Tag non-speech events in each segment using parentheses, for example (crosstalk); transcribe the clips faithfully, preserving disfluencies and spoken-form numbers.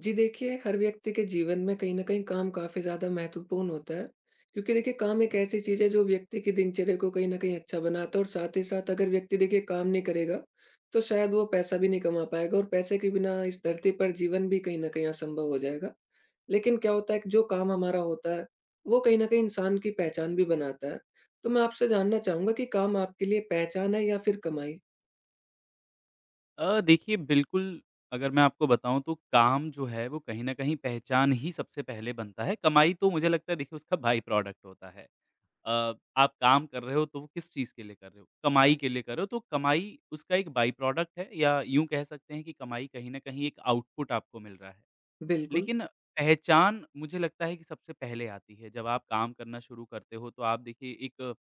जी देखिए, हर व्यक्ति के जीवन में कहीं न कहीं काम काफ़ी ज़्यादा महत्वपूर्ण होता है। क्योंकि देखिए काम एक ऐसी चीज़ है जो व्यक्ति की दिनचर्या को कहीं न कहीं अच्छा बनाता है और साथ ही साथ अगर व्यक्ति देखिए काम नहीं करेगा, तो शायद वो पैसा भी नहीं कमा पाएगा और पैसे के बिना इस धरती पर जीवन भी कहीं न कहीं असंभव हो जाएगा। लेकिन क्या होता है कि जो काम हमारा होता है, वो कहीं न कहीं इंसान की पहचान भी बनाता है। तो मैं आपसे जानना चाहूँगा कि काम आपके लिए पहचान है या फिर कमाई? अ, देखिए बिल्कुल, अगर मैं आपको बताऊँ तो काम जो है वो कहीं न कहीं पहचान ही सबसे पहले बनता है, कमाई तो मुझे लगता है देखिए उसका बाय प्रोडक्ट होता है। अ, आप काम कर रहे हो तो वो किस चीज़ के लिए कर रहे हो? कमाई के लिए कर रहे हो, तो कमाई उसका एक बाय प्रोडक्ट है या यूँ कह सकते हैं कि कमाई कहीं न कहीं एक आउटपुट आपको मिल रहा है। बिल्कुल। लेकिन पहचान मुझे लगता है कि सबसे पहले आती है। जब आप काम करना शुरू करते हो तो आप देखिए एक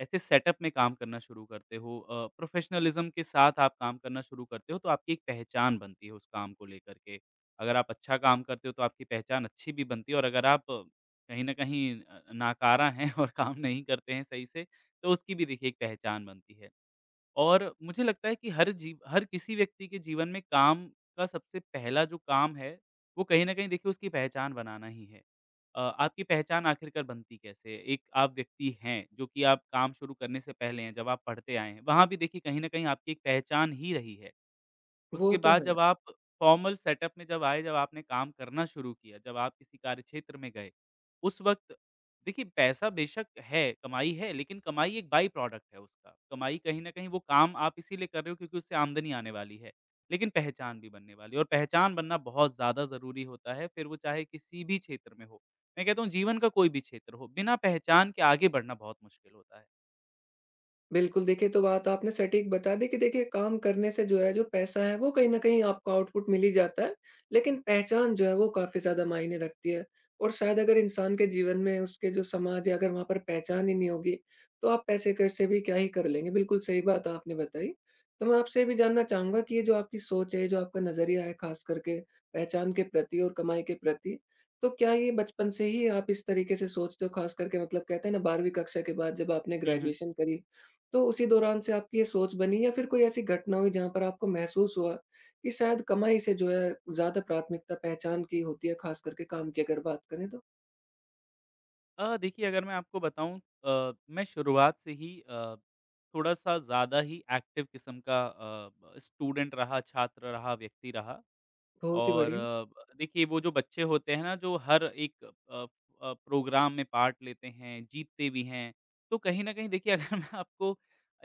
ऐसे सेटअप में काम करना शुरू करते हो अ, प्रोफ़ेशनलिज़्म के साथ आप काम करना शुरू करते हो तो आपकी एक पहचान बनती है उस काम को लेकर के। अगर आप अच्छा काम करते हो तो आपकी पहचान अच्छी भी बनती है और अगर आप अ, कहीं न कहीं अ, नाकारा हैं और (laughs) काम नहीं करते हैं सही से तो उसकी भी देखिए एक पहचान बनती है। और मुझे लगता है कि हर जीव हर किसी व्यक्ति के जीवन में काम का सबसे पहला जो काम है, वो कहीं न कहीं देखिए उसकी पहचान बनाना ही है। अ, आपकी पहचान आखिरकार बनती कैसे है? एक आप व्यक्ति हैं, जो कि आप काम शुरू करने से पहले हैं, जब आप पढ़ते आए हैं, वहाँ भी देखिए कहीं न कहीं आपकी एक पहचान ही रही है। वो उसके तो बाद है। जब आप फॉर्मल सेटअप में जब आए, जब आपने काम करना शुरू किया, जब आप किसी कार्यक्षेत्र में गए, उस वक़्त देखिए पैसा बेशक है, कमाई है, लेकिन कमाई एक बाई प्रोडक्ट है उसका। कमाई कहीं न कहीं वो काम आप इसीलिए कर रहे हो क्योंकि उससे आमदनी आने वाली है, लेकिन पहचान भी बनने वाली है और पहचान बनना बहुत ज़्यादा ज़रूरी होता है, फिर वो चाहे किसी भी क्षेत्र में हो। मैं कहता हूँ जीवन का कोई भी क्षेत्र हो, बिना पहचान के आगे बढ़ना बहुत मुश्किल होता है। बिल्कुल, देखिए तो बात आपने सटीक बता दी कि देखिए काम करने से जो है जो पैसा है वो कहीं न कहीं आपको आउटपुट मिल ही जाता है, लेकिन पहचान जो है वो काफ़ी ज़्यादा मायने रखती है। और शायद अगर इंसान के जीवन में उसके जो समाज है अगर वहाँ पर पहचान ही नहीं होगी, तो आप पैसे कैसे भी क्या ही कर लेंगे, बिल्कुल सही बात आपने बताई। तो मैं आपसे ये भी जानना चाहूँगा कि ये जो आपकी सोच है, ये जो आपका नज़रिया है ख़ास करके पहचान के प्रति और कमाई के प्रति, तो क्या ये बचपन से ही आप इस तरीके से सोचते हो, ख़ास करके मतलब कहते हैं ना बारहवीं कक्षा के बाद जब आपने हुँ, हुँ। ग्रेजुएशन करी, तो उसी दौरान से आपकी ये सोच बनी या फिर कोई ऐसी घटना हुई जहाँ पर आपको महसूस हुआ कि शायद कमाई से जो है ज़्यादा प्राथमिकता पहचान की होती है, खास करके काम की अगर बात करें तो? अ, देखिए अगर मैं आपको बताऊँ अ, मैं शुरुआत से ही अ, थोड़ा-सा ज़्यादा ही एक्टिव किस्म का अ, ब स्टूडेंट रहा, छात्र रहा, व्यक्ति रहा। बहुत ही और बढ़िया। अ, देखिए वो जो बच्चे होते हैं ना जो हर एक अ, अ, प्रोग्राम में पार्ट लेते हैं, जीतते भी हैं। तो कहीं न कहीं देखिए (laughs) अगर मैं आपको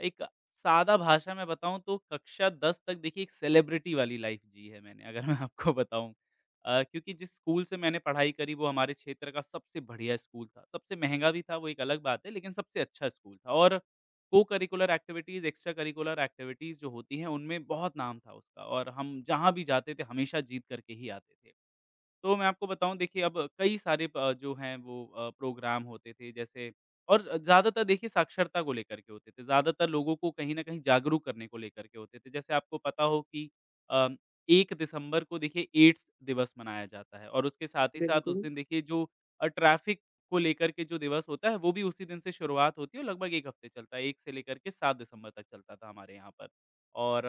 एक सादा भाषा में बताऊँ तो कक्षा दस तक देखिए एक सेलिब्रिटी वाली लाइफ़ जी है मैंने अगर मैं आपको बताऊँ। अ, क्योंकि जिस स्कूल से मैंने पढ़ाई करी वो हमारे क्षेत्र का सबसे बढ़िया स्कूल था। सबसे महँगा भी था वो एक अलग बात है लेकिन सबसे अच्छा स्कूल था और co-curricular activities, extra curricular activities जो होती हैं, उनमें बहुत नाम था उसका और हम जहाँ भी जाते थे, हमेशा जीत कर के ही आते थे। तो मैं आपको बताऊँ देखिए अब कई सारे प जो हैं वो अ, प्रोग्राम होते थे जैसे और ज़्यादातर देखिए साक्षरता को लेकर के होते थे, ज़्यादातर लोगों को कहीं न कहीं जागरूक करने को लेकर के होते थे। जैसे आपको पता हो कि अ, एक दिसंबर को देखिए एड्स दिवस मनाया जाता है और उसके साथ ही साथ उस बिल्कुल। दिन देखिए जो अ, ट्रैफ़िक को लेकर के जो दिवस होता है, वो भी उसी दिन से शुरुआत होती है और लगभग एक हफ़्ते चलता है, एक से लेकर के सात दिसंबर तक चलता था हमारे यहाँ पर। और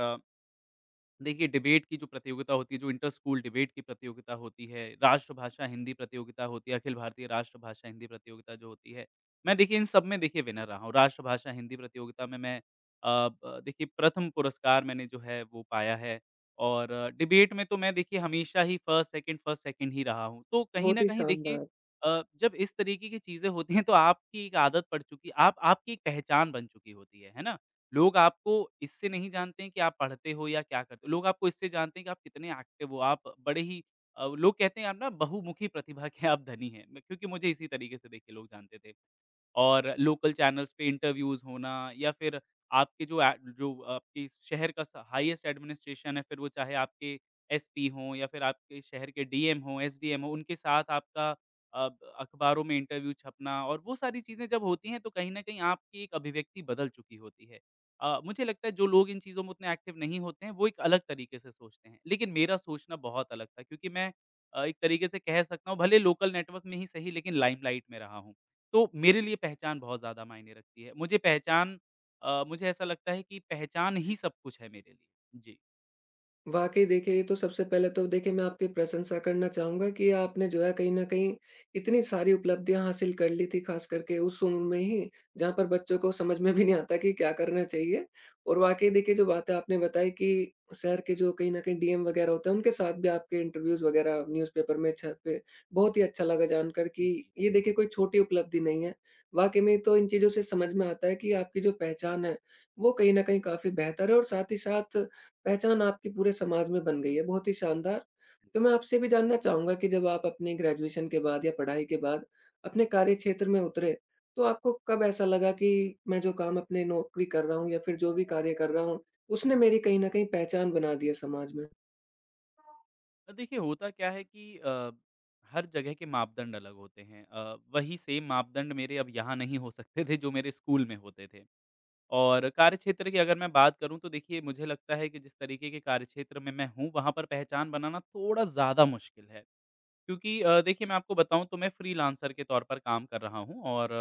देखिए, डिबेट की जो प्रतियोगिता होती है, जो इंटर स्कूल डिबेट की प्रतियोगिता होती है, राष्ट्रभाषा हिंदी प्रतियोगिता होती है, अखिल भारतीय राष्ट्रभाषा हिंदी प्रतियोगिता जो होती है, मैं देखिए इन सब में देखिए विनर रहा हूँ। राष्ट्रभाषा हिंदी प्रतियोगिता में मैं अ, ब देखिए प्रथम पुरस्कार मैंने जो है वो पाया है और अ, डिबेट में तो मैं देखिए हमेशा ही फर्स्ट, सेकंड, फर्स्ट, सेकंड ही रहा हूँ। तो कहीं बहुत न ही कहीं देखिए शानदार। अ, जब इस तरीके की चीज़ें होती हैं तो आपकी एक आदत पड़ चुकी आप आपकी एक पहचान बन चुकी होती है, है ना? लोग आपको इससे नहीं जानते हैं कि आप पढ़ते हो या क्या करते हो। लोग आपको इससे जानते हैं कि आप कितने एक्टिव हो, आप बड़े ही अ, लोग कहते हैं आप ना बहुमुखी प्रतिभा के आप धनी हैं। मैं क्योंकि मुझे इसी तरीके से देखिए लोग जानते थे। और लोकल चैनल्स पे इंटरव्यूज़ होना या फिर आपके जो ए जो आपके शहर का स हाईएस्ट एडमिनिस्ट्रेशन है, फिर वो चाहे आपके एसपी हों या फिर आपके शहर के डीएम हों, एसडीएम हों, उनके साथ आपका अ, अखबारों में इंटरव्यू छपना और वो सारी चीज़ें जब होती हैं, तो कहीं न कहीं आपकी एक अभिव्यक्ति बदल चुकी होती है। अ, मुझे लगता है जो लोग इन चीज़ों में उतने एक्टिव नहीं होते हैं, वो एक अलग तरीके से सोचते हैं। लेकिन मेरा सोचना बहुत अलग था क्योंकि मैं अ, एक तरीके से कह सकता हूँ भले लोकल नेटवर्क में ही सही लेकिन लाइमलाइट में रहा हूँ। तो मेरे लिए पहचान बहुत ज़्यादा मायने रखती है। मुझे पहचान अ, मुझे ऐसा लगता है कि पहचान ही सब कुछ है मेरे लिए। जी। वाक़ई देखिए, ये तो सबसे पहले तो देखिए मैं आपकी प्रशंसा करना चाहूँगा कि आपने जो है कहीं न कहीं इतनी सारी उपलब्धियाँ हासिल कर ली थी, ख़ास करके उस उम्र में ही जहाँ पर बच्चों को समझ में भी नहीं आता कि क्या करना चाहिए। और वाक़ई देखिए जो बातें आपने बताई कि शहर के जो कहीं न कहीं डीएम वग़ैरह होते हैं उनके साथ भी आपके इंटरव्यूज़ वग़ैरह न्यूज़पेपर में छपे, बहुत ही अच्छा लगा जानकर कि जी, ये देखिए कोई छोटी उपलब्धि नहीं है। वाक़ई में तो इन चीज़ों से समझ में आता है कि आपकी जो पहचान है, वो कहीं न कहीं काफ़ी बेहतर है और साथ ही साथ पहचान आपकी पूरे समाज में बन गई है, बहुत ही शानदार। तो बिल्कुल। मैं आपसे भी जानना चाहूँगा कि जब आप अपनी ग्रेजुएशन के बाद या पढ़ाई के बाद अपने कार्यक्षेत्र में उतरे, तो आपको कब ऐसा लगा कि मैं जो काम अपने नौकरी कर रहा हूँ या फिर जो भी कार्य कर रहा हूँ, उसने मेरी कहीं न कहीं पहचान बना दी है समाज में? अ, देखिए होता क्या है कि अ, हर जगह के मापदंड अलग होते हैं। अ, वही सेम मापदंड मेरे अब यहाँ नहीं हो सकते थे जो मेरे स्कूल में होते थे। और कार्यक्षेत्र की अगर मैं बात करूँ तो देखिए मुझे लगता है कि जिस तरीके के कार्यक्षेत्र में मैं हूँ वहाँ पर पहचान बनाना थोड़ा ज़्यादा मुश्किल है। क्योंकि अ, देखिए मैं आपको बताऊँ तो मैं फ्रीलांसर के तौर पर काम कर रहा हूँ और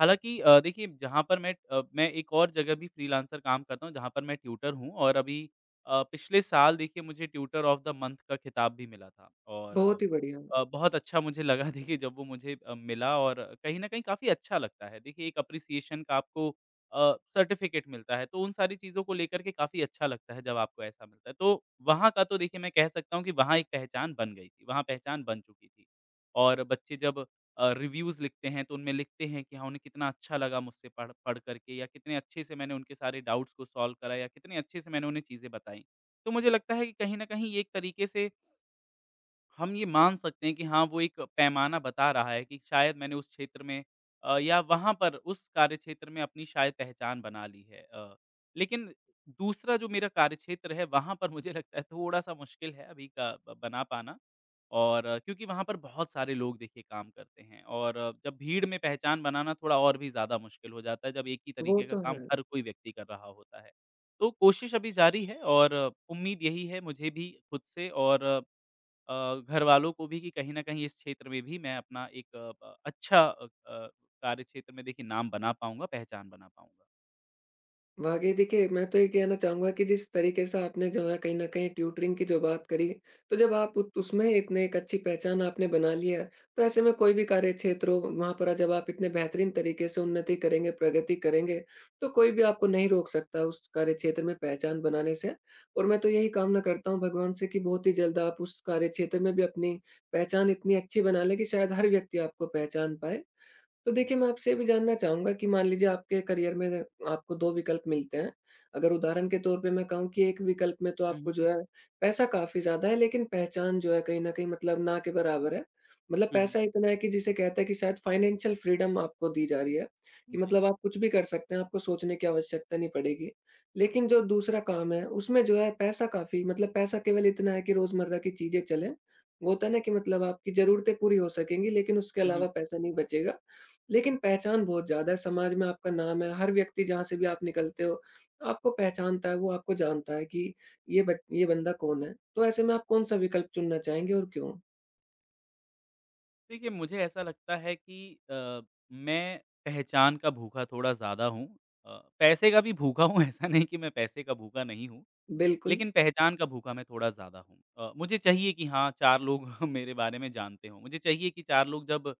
हालाँकि अ, देखिए जहाँ पर मैं अ, मैं एक और जगह भी फ्रीलांसर काम करता हूँ जहाँ पर मैं ट्यूटर हूँ और अभी अ, पिछले साल देखिए मुझे ट्यूटर ऑफ द मंथ का खिताब भी मिला था और बहुत ही बढ़िया। अ, अ, बहुत अच्छा मुझे लगा (laughs) देखिए जब वो मुझे अ, मिला और कहीं न कहीं काफ़ी अच्छा लगता है। देखिए एक अप्रिसिएशन का आपको अ, सर्टिफ़िकेट मिलता है, तो उन सारी चीज़ों को लेकर के काफ़ी अच्छा लगता है जब आपको ऐसा मिलता है। तो वहाँ का तो देखिए मैं कह सकता हूँ कि वहाँ एक पहचान बन गई थी, वहाँ पहचान बन चुकी थी। और बच्चे जब अ, रिव्यूज़ लिखते हैं तो उनमें लिखते हैं कि हाँ, उन्हें कितना अच्छा लगा मुझसे पढ़ पढ़ कर के या कितने अच्छे से मैंने उनके सारे डाउट्स को सॉल्व करा या कितने अच्छे से मैंने उन्हें चीज़ें बताई। तो मुझे लगता है कि कहीं न कहीं ये एक तरीके से हम ये मान सकते हैं कि हाँ, वो एक पैमाना बता रहा है कि शायद मैंने उस क्षेत्र में अ, या वहाँ पर उस कार्यक्षेत्र में अपनी शायद पहचान बना ली है। अ, लेकिन दूसरा जो मेरा कार्यक्षेत्र है, वहाँ पर मुझे लगता है थोड़ा-सा मुश्किल है अभी का ब बना पाना और अ, क्योंकि वहाँ पर बहुत सारे लोग देखिए काम करते हैं और अ, जब भीड़ में पहचान बनाना थोड़ा और भी ज़्यादा मुश्किल हो जाता है, जब एक ही वो तरीके का तो काम है। हर कोई व्यक्ति कर रहा होता है। तो कोशिश अभी जारी है और अ, उम्मीद यही है मुझे भी खुद से और अ, घरवालों को भी कि कहीं न कहीं इस क्षेत्र में भी मैं अपना एक अ, अ, अच्छा अ अ, कार्य क्षेत्र में देखिए नाम बना पाऊँगा, पहचान बना पाऊँगा। वाक़ई देखिए, मैं तो ये कहना चाहूँगा कि जिस तरीके से आपने जो है कहीं न कहीं ट्यूटरिंग की जो बात करी, तो जब आप उत उसमें इतने एक अच्छी पहचान आपने बना ली है, तो ऐसे में कोई भी कार्यक्षेत्र हो, वहाँ पर जब आप इतने बेहतरीन तरीके से उन्नति करेंगे, प्रगति करेंगे, तो कोई भी आपको नहीं रोक सकता उस कार्यक्षेत्र में पहचान बनाने से। और मैं तो यही कामना करता हूँ भगवान से कि बहुत ही जल्द आप उस कार्यक्षेत्र में भी अपनी पहचान इतनी अच्छी बना लें कि शायद हर व्यक्ति आपको पहचान पाए। तो देखिए, जी। मैं आपसे ये भी जानना चाहूँगा कि मान लीजिए आपके करियर में आपको दो विकल्प मिलते हैं। अगर उदाहरण के तौर पे मैं कहूँ कि एक विकल्प में तो हुँ, आपको हुँ। जो है पैसा काफ़ी ज़्यादा है, लेकिन पहचान जो है कहीं न कहीं मतलब ना के बराबर है। मतलब हुँ, हुँ। पैसा इतना है कि जिसे कहते हैं कि शायद फाइनेंशियल फ्रीडम आपको दी जा रही है, कि जी। मतलब आप कुछ भी कर सकते हैं, आपको सोचने की आवश्यकता नहीं पड़ेगी। लेकिन जो दूसरा काम है, उसमें जो है पैसा काफ़ी मतलब पैसा केवल इतना है कि रोज़मर्रा की चीज़ें चलें। वो होता है ना कि मतलब आपकी ज़रूरतें पूरी हो सकेंगी, लेकिन उसके हुँ, हुँ। अलावा पैसा नहीं बचेगा। लेकिन पहचान बहुत ज़्यादा है, समाज में आपका नाम है, हर व्यक्ति जहाँ से भी आप निकलते हो, आपको पहचानता है, वो आपको जानता है कि ये बच ये बंदा कौन है। तो ऐसे में आप कौन-सा विकल्प चुनना चाहेंगे और क्यों? देखिए मुझे ऐसा लगता है कि अ, मैं पहचान का भूखा थोड़ा ज़्यादा हूँ। अ, पैसे का भी भूखा हूँ (laughs) ऐसा नहीं कि मैं पैसे का भूखा नहीं हूँ। बिल्कुल। लेकिन पहचान का भूखा मैं थोड़ा ज़्यादा हूँ। अ, मुझे चाहिए कि हाँ, चार लोग (laughs) मेरे बारे में जानते हों। मुझे चाहिए कि चार लोग जब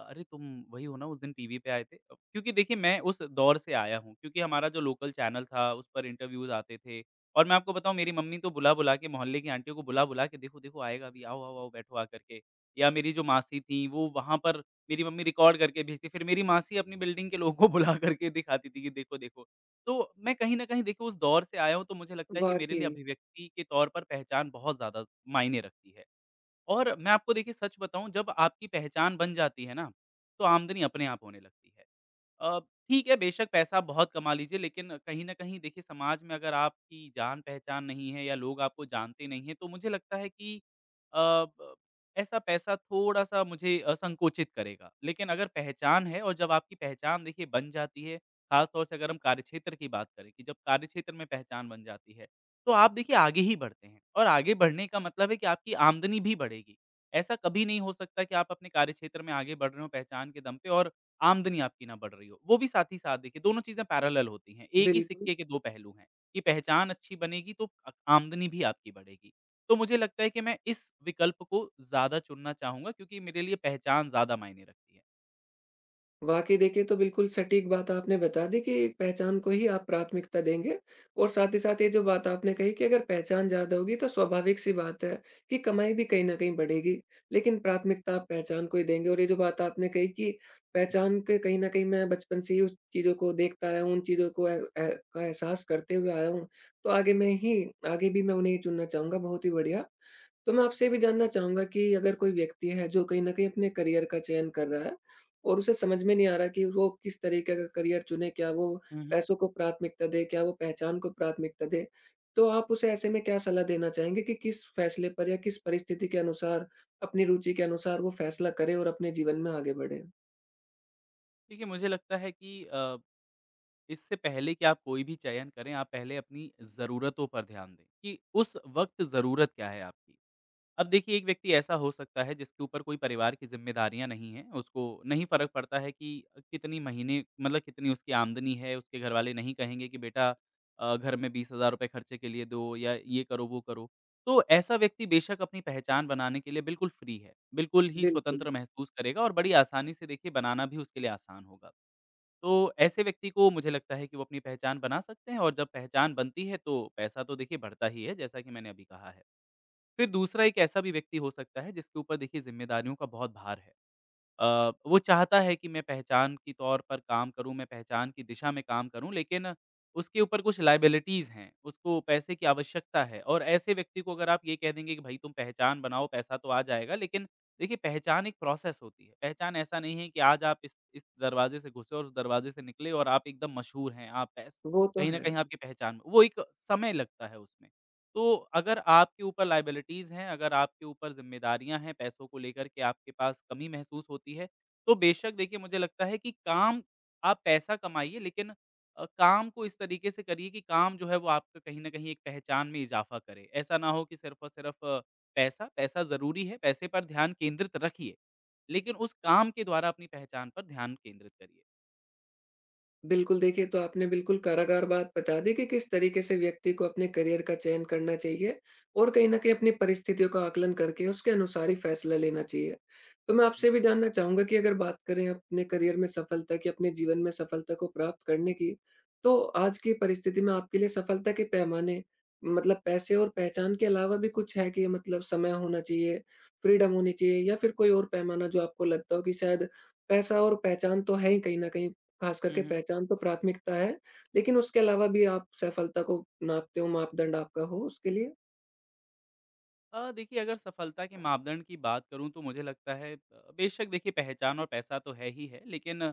अरे तुम वही हो ना उस दिन टीवी पे आए थे? अ, क्योंकि देखिए मैं उस दौर से आया हूँ क्योंकि हमारा जो लोकल चैनल था उस पर इंटरव्यूज़ आते थे। और मैं आपको बताऊँ मेरी मम्मी तो बुला-बुला के मोहल्ले की आंटियों को बुला-बुला के, देखो, देखो आएगा अभी, आओ, आओ, आओ बैठो आकर के। या मेरी जो मासी थी वो वहाँ पर, मेरी मम्मी रिकॉर्ड करके भेजती, फिर मेरी मासी अपनी बिल्डिंग के लोगों को बुला कर के दिखाती थी कि देखो, देखो। तो मैं कहीं न कहीं देखिए उस दौर से आया हूँ तो मुझे लगता है कि मेरे लिए वाक़ई। अभिव्यक्ति के तौर पर पहचान बहुत ज़्यादा मायने रखती है। और मैं आपको देखिए सच बताऊँ, जब आपकी पहचान बन जाती है ना, तो आमदनी अपने आप होने लगती है। अ, ठीक है, बेशक पैसा आप बहुत कमा लीजिए लेकिन कहीं न कहीं देखिए समाज में अगर आपकी जान-पहचान नहीं है या लोग आपको जानते नहीं हैं, तो मुझे लगता है कि अ, ब ऐसा पैसा थोड़ा-सा मुझे अ, संकोचित करेगा। लेकिन अगर पहचान है और जब आपकी पहचान देखिए बन जाती है, ख़ास तौर से अगर हम कार्यक्षेत्र की बात करें, कि जब कार्यक्षेत्र में पहचान बन जाती है, तो आप देखिए आगे ही बढ़ते हैं और आगे बढ़ने का मतलब है कि आपकी आमदनी भी बढ़ेगी। ऐसा कभी नहीं हो सकता कि आप अपने कार्यक्षेत्र में आगे बढ़ रहे हो पहचान के दम पे और आमदनी आपकी ना बढ़ रही हो। वो भी साथ ही साथ देखिए दोनों चीज़ें पैरेलल होती हैं। एक ही बिल्कुल। सिक्के के दो पहलू हैं कि पहचान अच्छी बनेगी तो अ, आमदनी भी आपकी बढ़ेगी। तो मुझे लगता है कि मैं इस विकल्प को ज़्यादा चुनना चाहूँगा क्योंकि मेरे लिए पहचान ज़्यादा मायने रखती है। वाक़ई देखिए, तो बिल्कुल सटीक बात आपने बता दी कि पहचान को ही आप प्राथमिकता देंगे और साथ ही साथ ये जो बात आपने कही कि अगर पहचान ज़्यादा होगी तो स्वाभाविक-सी बात है कि कमाई भी कहीं न कहीं बढ़ेगी, लेकिन प्राथमिकता आप पहचान को ही देंगे। और ये जो बात आपने कही कि जी। पहचान के कहीं न कहीं मैं बचपन से ही उस चीज़ों को देखता आया हूँ, उन चीज़ों को ए ए का एहसास करते हुए आया हूँ, तो आगे मैं ही आगे भी मैं उन्हें ही चुनना चाहूँगा। बहुत ही बढ़िया। तो मैं आपसे ये भी जानना चाहूँगा कि अगर कोई व्यक्ति है जो कहीं न कहीं अपने करियर का चयन कर रहा है और उसे समझ में नहीं आ रहा कि वो किस तरीके का करियर चुने, क्या वो हुँ, हुँ। पैसों को प्राथमिकता दे, क्या वो पहचान को प्राथमिकता दे? तो आप उसे ऐसे में क्या सलाह देना चाहेंगे कि किस फैसले पर या किस परिस्थिति के अनुसार, अपनी रुचि के अनुसार वो फैसला करे और अपने जीवन में आगे बढ़े? देखिए मुझे लगता है कि अ इससे पहले कि आप कोई भी चयन करें, आप पहले अपनी ज़रूरतों पर ध्यान दें कि उस वक़्त ज़रूरत क्या है आपकी। अब देखिए एक व्यक्ति ऐसा हो सकता है जिसके ऊपर कोई परिवार की ज़िम्मेदारियाँ नहीं हैं, उसको नहीं फ़र्क पड़ता है कि कितनी महीने मतलब कितनी उसकी आमदनी है, उसके घरवाले नहीं कहेंगे कि बेटा अ, घर में बीस हज़ार रुपए खर्चे के लिए दो या ये करो, वो करो। तो ऐसा व्यक्ति बेशक अपनी पहचान बनाने के लिए बिल्कुल फ्री है, बिल्कुल ही बिल्कुल। स्वतंत्र महसूस करेगा और बड़ी आसानी से देखिए बनाना भी उसके लिए आसान होगा। तो ऐसे व्यक्ति को मुझे लगता है कि वो अपनी पहचान बना सकते हैं, और जब पहचान बनती है तो पैसा तो देखिए बढ़ता ही है, जैसा कि मैंने अभी कहा है। फिर दूसरा एक ऐसा भी व्यक्ति हो सकता है जिसके ऊपर देखिए ज़िम्मेदारियों का बहुत भार है। अ, वो चाहता है कि मैं पहचान के तौर पर काम करूँ, मैं पहचान की दिशा में काम करूँ, लेकिन उसके ऊपर कुछ लायबिलिटीज़ हैं, उसको पैसे की आवश्यकता है, और ऐसे व्यक्ति को अगर आप ये कह देंगे कि भई तुम पहचान बनाओ, पैसा तो आ जाएगा, लेकिन देखिए पहचान एक प्रोसेस होती है। पहचान ऐसा नहीं है कि आज आप इस इस दरवाज़े से घुसे और उस दरवाज़े से निकले और आप एकदम मशहूर हैं, आप पैस। वो तो कहीं न है। कहीं आपकी पहचान वो एक समय लगता है उसमें। तो अगर आपके ऊपर लायबिलिटीज़ हैं, अगर आपके ऊपर ज़िम्मेदारियाँ हैं, पैसों को लेकर के आपके पास कमी महसूस होती है, तो बेशक देखिए मुझे लगता है कि काम, आप पैसा कमाइए लेकिन अ, काम को इस तरीके से करिए कि काम जो है वो आपका कहीं न कहीं एक पहचान में इज़ाफ़ा करे। ऐसा ना हो कि सिर्फ़ और सिर्फ़ पैसा, पैसा ज़रूरी है, पैसे पर ध्यान केंद्रित रखिए, लेकिन उस काम के द्वारा अपनी पहचान पर ध्यान केंद्रित करिए। बिल्कुल, देखिए तो आपने बिल्कुल कारागार बात बता दी कि किस तरीके से व्यक्ति को अपने करियर का चयन करना चाहिए और कहीं न कहीं अपनी परिस्थितियों का आकलन करके उसके अनुसार ही फैसला लेना चाहिए। तो मैं आपसे भी जी। जानना चाहूँगा कि अगर बात करें अपने करियर में सफलता की, अपने जीवन में सफलता को प्राप्त करने की, तो आज की परिस्थिति में आपके लिए सफलता के पैमाने मतलब पैसे और पहचान के अलावा भी कुछ है कि मतलब समय होना चाहिए, फ्रीडम होनी चाहिए या फिर कोई और पैमाना जो आपको लगता हो कि शायद पैसा और पहचान तो है ही कहीं न कहीं, खास हुँ, करके हुँ। पहचान तो प्राथमिकता है, लेकिन उसके अलावा भी आप सफलता को नापते हो, मापदंड आपका हो उसके लिए? अ, देखिए अगर सफलता के मापदंड की बात करूँ तो मुझे लगता है अ, बेशक देखिए पहचान और पैसा तो है ही है, लेकिन अ,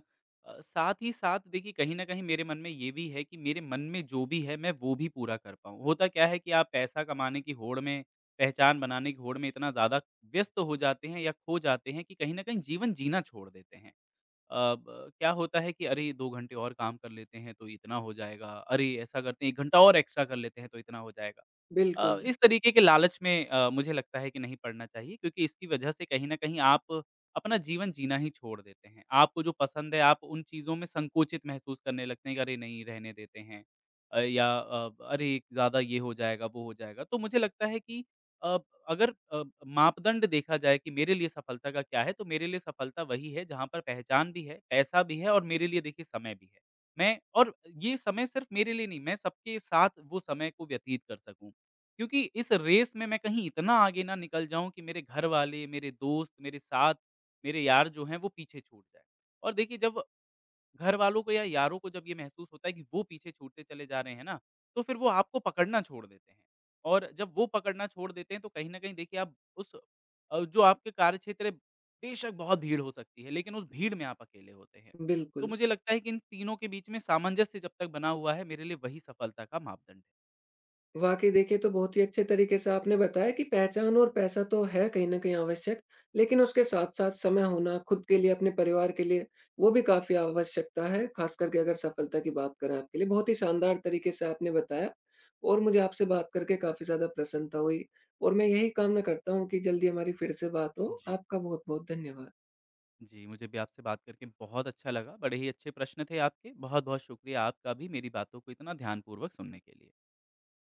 साथ ही साथ देखिए कहीं न कहीं मेरे मन में ये भी है कि मेरे मन में जो भी है मैं वो भी पूरा कर पाऊँ। होता क्या है कि आप पैसा कमाने की होड़ में, पहचान बनाने की होड़ में इतना ज़्यादा व्यस्त हो जाते हैं या खो जाते हैं कि कहीं न कहीं जीवन जीना छोड़ देते हैं। अब अ, ब क्या होता है कि अरे दो घंटे और काम कर लेते हैं तो इतना हो जाएगा, अरे ऐसा करते हैं एक घंटा और एक्स्ट्रा कर लेते हैं तो इतना हो जाएगा। बिल्कुल। अ, इस तरीके के लालच में अ, मुझे लगता है कि नहीं पड़ना चाहिए क्योंकि इसकी वजह से कहीं न कहीं आप अपना जीवन जीना ही छोड़ देते हैं। आपको जो पसंद है आप उन चीज़ों में संकोचित महसूस करने लगते हैं कि अरे नहीं रहने देते हैं अ, या अ, अरे ज़्यादा ये हो जाएगा, वो हो जाएगा। तो मुझे लगता है कि अ, अगर अ, मापदंड देखा जाए कि मेरे लिए सफलता का क्या है तो मेरे लिए सफलता वही है जहाँ पर पहचान भी है, पैसा भी है और मेरे लिए देखिए समय भी है। मैं और ये समय सिर्फ़ मेरे लिए नहीं, मैं सबके साथ वो समय को व्यतीत कर सकूँ। क्योंकि इस रेस में मैं कहीं इतना आगे ना निकल जाऊँ कि मेरे घर वाले, मेरे दोस्त, मेरे साथ, मेरे यार जो हैं वो पीछे छूट जाएँ। और देखिए जब घर वालों को या यारों को जब ये महसूस होता है कि वो पीछे छूटते चले जा रहे हैं ना, तो फिर वो आपको पकड़ना छोड़ देते हैं। और जब वो पकड़ना छोड़ देते हैं तो कहीं न कहीं देखिए आप उस अ, जो आपके कार्यक्षेत्र है बेशक बहुत भीड़ हो सकती है, लेकिन उस भीड़ में आप अकेले होते हैं। तो बिल्कुल। मुझे लगता है कि इन तीनों के बीच में सामंजस्य जब तक बना हुआ है, मेरे लिए वही सफलता का मापदंड है। वाक़ई देखिए, तो बहुत ही अच्छे तरीके से आपने बताया कि पहचान और पैसा तो है कहीं न कहीं आवश्यक, लेकिन उसके साथ-साथ समय होना खुद के लिए, अपने परिवार के लिए, वो भी काफ़ी आवश्यकता है, खास करके अगर सफलता की बात करें आपके लिए। बहुत ही शानदार तरीके से आपने बताया और मुझे आपसे बात करके काफ़ी ज़्यादा प्रसन्नता हुई और मैं यही कामना करता हूँ कि जल्दी हमारी फिर से बात हो। जी। आपका बहुत-बहुत धन्यवाद। जी, मुझे भी आपसे बात करके बहुत अच्छा लगा। बड़े ही अच्छे प्रश्न थे आपके। बहुत-बहुत शुक्रिया आपका भी मेरी बातों को इतना ध्यानपूर्वक सुनने के लिए।